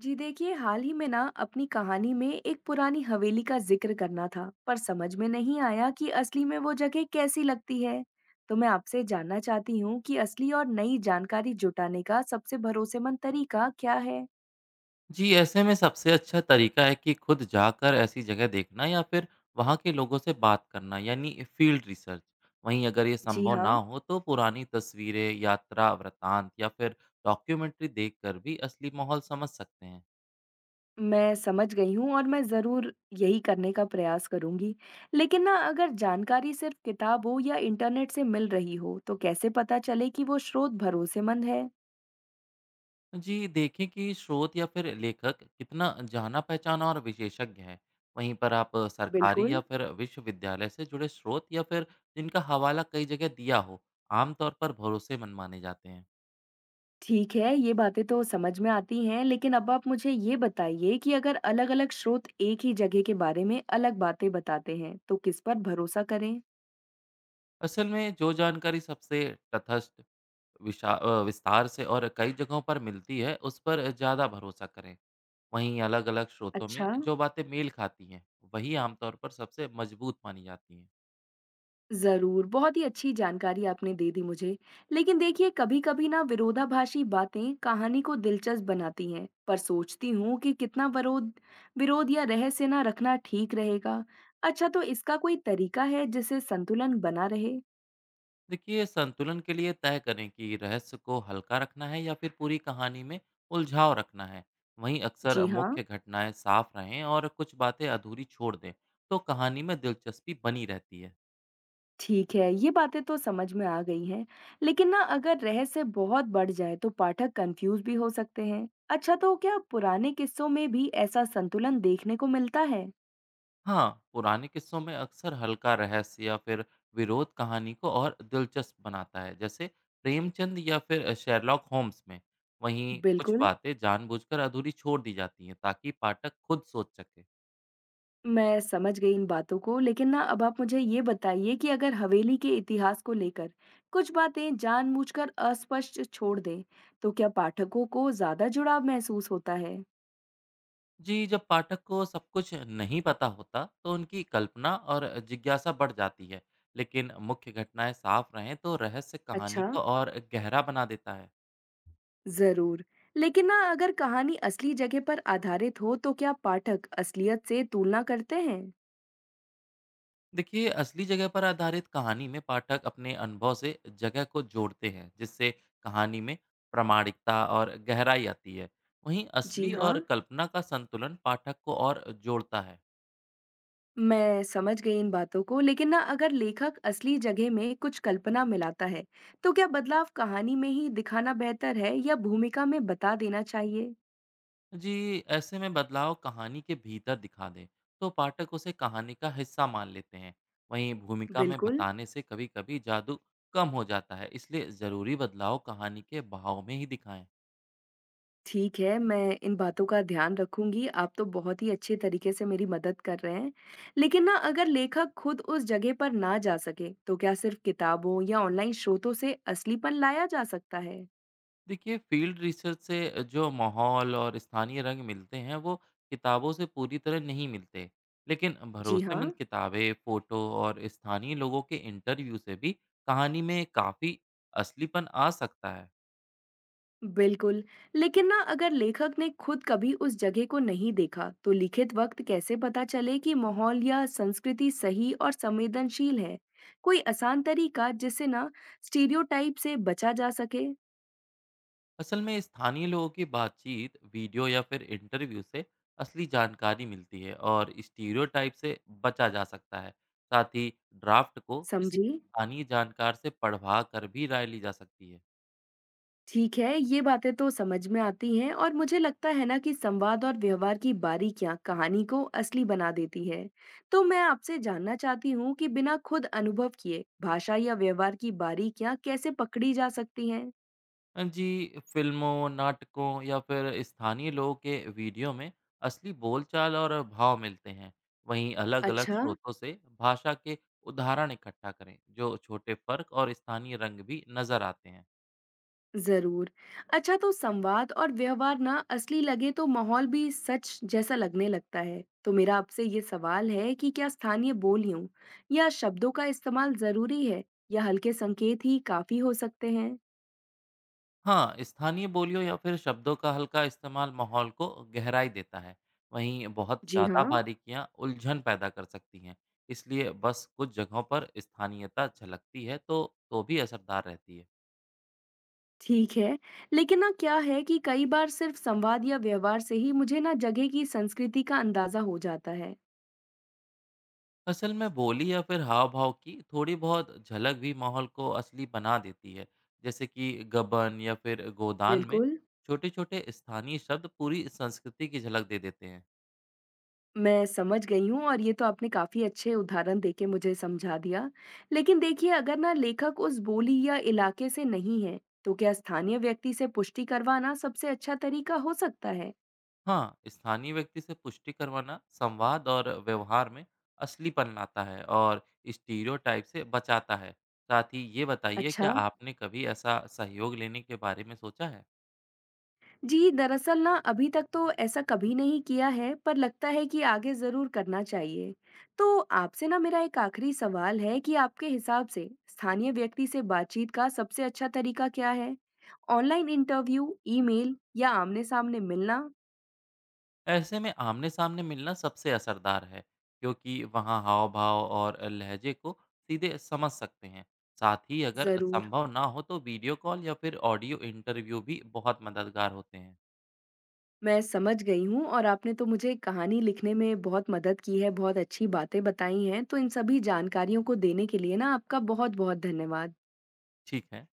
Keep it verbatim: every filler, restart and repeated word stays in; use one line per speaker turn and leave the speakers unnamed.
जी देखिए, हाल ही में ना अपनी कहानी में एक पुरानी हवेली का जिक्र करना था, पर समझ में नहीं आया कि असली में वो जगह कैसी लगती है। तो मैं आपसे जानना चाहती हूँ कि असली और नई जानकारी जुटाने का सबसे भरोसेमंद तरीका क्या है।
जी, ऐसे में सबसे अच्छा तरीका है कि खुद जाकर ऐसी जगह देखना या फिर वहाँ के लोगों से बात करना, यानी फील्ड रिसर्च। वहीं अगर ये
जी
संभव
हाँ।
ना हो तो पुरानी तस्वीरें, यात्रा वृतांत या फिर डॉक्यूमेंट्री देखकर भी असली माहौल समझ सकते हैं।
मैं समझ गई हूँ और मैं जरूर यही करने का प्रयास करूंगी। लेकिन ना अगर जानकारी सिर्फ किताब हो या इंटरनेट से मिल रही हो, तो कैसे पता चले कि वो स्रोत भरोसेमंद है।
जी, देखें कि स्रोत या फिर लेखक कितना जाना पहचाना और विशेषज्ञ है। वहीं पर आप सरकारी या
बिल्कुल।
फिर विश्वविद्यालय से जुड़े स्रोत या फिर जिनका हवाला कई जगह दिया हो, आमतौर पर भरोसेमंद माने जाते हैं।
ठीक है, ये बातें तो समझ में आती हैं, लेकिन अब आप मुझे ये बताइए कि अगर अलग-अलग स्रोत एक ही जगह के बारे में अलग बातें बताते हैं, तो किस पर भरोसा करें?
असल में जो जानकारी सबसे तथस्थ विशा- अ, विस्तार से और कई जगहों पर मिलती है उस पर ज़्यादा भरोसा करें। वहीं अलग अलग स्रोतों में
अच्छा।
जो बातें मेल खाती हैं, वही आमतौर पर सबसे मजबूत मानी जाती हैं।
ज़रूर, बहुत ही अच्छी जानकारी आपने दे दी मुझे। लेकिन देखिए, कभी-कभी ना विरोधाभासी बातें कहानी को दिलचस्प बनाती हैं, पर सोचती हूँ कि कितना विरोध विरोध या रहस्य ना रखना ठीक रहेगा। अच्छा, तो इसका कोई तरीका है जिससे संतुलन बना रहे?
देखिए, संतुलन के लिए तय करें कि रहस्य को हल्का रखना है या फिर पूरी कहानी में उलझाव रखना है। वहीं अक्सर
जी हाँ।
मुख्य घटनाएं साफ रहें और कुछ बातें अधूरी छोड़ दें, तो कहानी में दिलचस्पी बनी रहती है।
ठीक है, ये बातें तो समझ में आ गई हैं, लेकिन ना अगर रहस्य बहुत बढ़ जाए तो पाठक कंफ्यूज भी हो सकते हैं। अच्छा, तो क्या पुराने किस्सों में भी ऐसा संतुलन देखने को मिलता है?
हाँ, पुराने किस्सों में अक्सर हल्का रहस्य या फिर विरोध कहानी को और दिलचस्प बनाता है, जैसे प्रेमचंद या फिर शेरलॉक होम्स में। वहीं कुछ
बिल्कुल,
बातें जानबूझकर अधूरी छोड़ दी जाती हैं ताकि पाठक खुद सोच सके।
मैं समझ गई इन बातों को, लेकिन ना अब आप मुझे ये बताइए कि अगर हवेली के इतिहास को लेकर कुछ बातें जानबूझकर अस्पष्ट छोड़ दें, तो क्या पाठकों को ज्यादा जुड़ाव महसूस होता है?
जी, जब पाठक को सब कुछ नहीं पता होता, तो उनकी कल्पना और जिज्ञासा बढ़ जाती है, लेकिन मुख्य घटनाएं साफ रहें तो रहस्य कहानी
अच्छा।
को और गहरा बना देता है।
जरूर। लेकिन ना अगर कहानी असली जगह पर आधारित हो, तो क्या पाठक असलियत से तुलना करते हैं?
देखिए, असली जगह पर आधारित कहानी में पाठक अपने अनुभव से जगह को जोड़ते हैं, जिससे कहानी में प्रामाणिकता और गहराई आती है। वहीं
जी
असली
हाँ।
और कल्पना का संतुलन पाठक को और जोड़ता है।
मैं समझ गई इन बातों को, लेकिन ना अगर लेखक असली जगह में कुछ कल्पना मिलाता है, तो क्या बदलाव कहानी में ही दिखाना बेहतर है या भूमिका में बता देना चाहिए?
जी, ऐसे में बदलाव कहानी के भीतर दिखा दें तो पाठक उसे कहानी का हिस्सा मान लेते हैं। वहीं भूमिका में
बिल्कुल।
बताने से कभी-कभी जादू कम हो जाता है, इसलिए ज़रूरी बदलाव कहानी के बहाव में ही दिखाएं।
ठीक है, मैं इन बातों का ध्यान रखूँगी, आप तो बहुत ही अच्छे तरीके से मेरी मदद कर रहे हैं। लेकिन ना अगर लेखक खुद उस जगह पर ना जा सके, तो क्या सिर्फ़ किताबों या ऑनलाइन स्रोतों से असलीपन लाया जा सकता है?
देखिए, फील्ड रिसर्च से जो माहौल और स्थानीय रंग मिलते हैं वो किताबों से पूरी तरह नहीं मिलते, लेकिन
जी हाँ।
भरोसेमंद किताबें, फोटो और स्थानीय लोगों के इंटरव्यू से भी कहानी में काफ़ी असलीपन आ सकता है।
बिल्कुल। लेकिन ना अगर लेखक ने खुद कभी उस जगह को नहीं देखा, तो लिखित वक़्त कैसे पता चले कि माहौल या संस्कृति सही और संवेदनशील है? कोई आसान तरीका जिससे ना स्टीरियोटाइप से बचा जा सके?
असल में स्थानीय लोगों की बातचीत, वीडियो या फिर इंटरव्यू से असली जानकारी मिलती है और स्टीरियोटाइप से बचा जा सकता है। साथ ही ड्राफ्ट को किसी
समझी?
स्थानीय जानकार से पढ़वा कर भी राय ली जा सकती है।
ठीक है, ये बातें तो समझ में आती हैं और मुझे लगता है ना कि संवाद और व्यवहार की बारीकियां कहानी को असली बना देती है। तो मैं आपसे जानना चाहती हूँ कि बिना खुद अनुभव किए भाषा या व्यवहार की बारीकियां कैसे पकड़ी जा सकती हैं।
अ, जी, फ़िल्मों, नाटकों या फिर स्थानीय लोगों के वीडियो में असली बोलचाल और भाव मिलते हैं। वहीं अलग-अलग
अच्छा।
स्रोतों से भाषा के उदाहरण इकट्ठा करें, जो छोटे फ़र्क और स्थानीय रंग भी नज़र आते हैं।
जरूर। अच्छा, तो संवाद और व्यवहार ना असली लगे तो माहौल भी सच जैसा लगने लगता है। तो मेरा आपसे ये सवाल है कि क्या स्थानीय बोलियों या शब्दों का इस्तेमाल जरूरी है, या हल्के संकेत ही काफी हो सकते हैं?
हाँ, स्थानीय बोलियों या फिर शब्दों का हल्का इस्तेमाल माहौल को गहराई देता है। वहीं बहुत
जी
ज़्यादा
हाँ।
बारीकियाँ उलझन पैदा कर सकती हैं, इसलिए बस कुछ जगहों पर स्थानीयता झलकती है, तो तो भी असरदार रहती है।
ठीक है। लेकिन ना क्या है कि कई बार सिर्फ संवाद या व्यवहार से ही मुझे ना जगह की संस्कृति का अंदाजा हो जाता है।
असल में बोली या फिर हाव भाव की थोड़ी बहुत झलक भी माहौल को असली बना देती है, जैसे कि गबन या फिर गोदान में
बिल्कुल,
छोटे छोटे स्थानीय शब्द पूरी संस्कृति की झलक दे देते हैं।
मैं समझ गई हूँ और ये तो आपने काफ़ी अच्छे उदाहरण देके मुझे समझा दिया। लेकिन देखिए, अगर ना लेखक उस बोली या इलाके से नहीं है, तो क्या स्थानीय व्यक्ति से पुष्टि करवाना सबसे अच्छा तरीका हो सकता है?
हाँ, स्थानीय व्यक्ति से पुष्टि करवाना संवाद और व्यवहार में असलीपन लाता है और स्टीरियोटाइप से बचाता है। साथ ही ये बताइए,
अच्छा।
क्या आपने कभी ऐसा सहयोग लेने के बारे में सोचा है?
जी, दरअसल ना अभी तक तो ऐसा कभी नहीं किया है, पर लगता है कि आगे ज़रूर करना चाहिए। तो आपसे ना मेरा एक आखिरी सवाल है कि आपके हिसाब से स्थानीय व्यक्ति से बातचीत का सबसे अच्छा तरीका क्या है? ऑनलाइन इंटरव्यू, ईमेल या आमने-सामने मिलना?
ऐसे में आमने-सामने मिलना सबसे असरदार है, क्योंकि वहाँ हाव-भाव और लहजे को सीधे समझ सकते हैं। साथ ही अगर
ज़रूर,
संभव ना हो तो वीडियो कॉल या फिर ऑडियो इंटरव्यू भी बहुत मददगार होते हैं।
मैं समझ गई हूँ और आपने तो मुझे कहानी लिखने में बहुत मदद की है, बहुत अच्छी बातें बताई हैं। तो इन सभी जानकारियों को देने के लिए ना आपका बहुत-बहुत धन्यवाद।
ठीक है।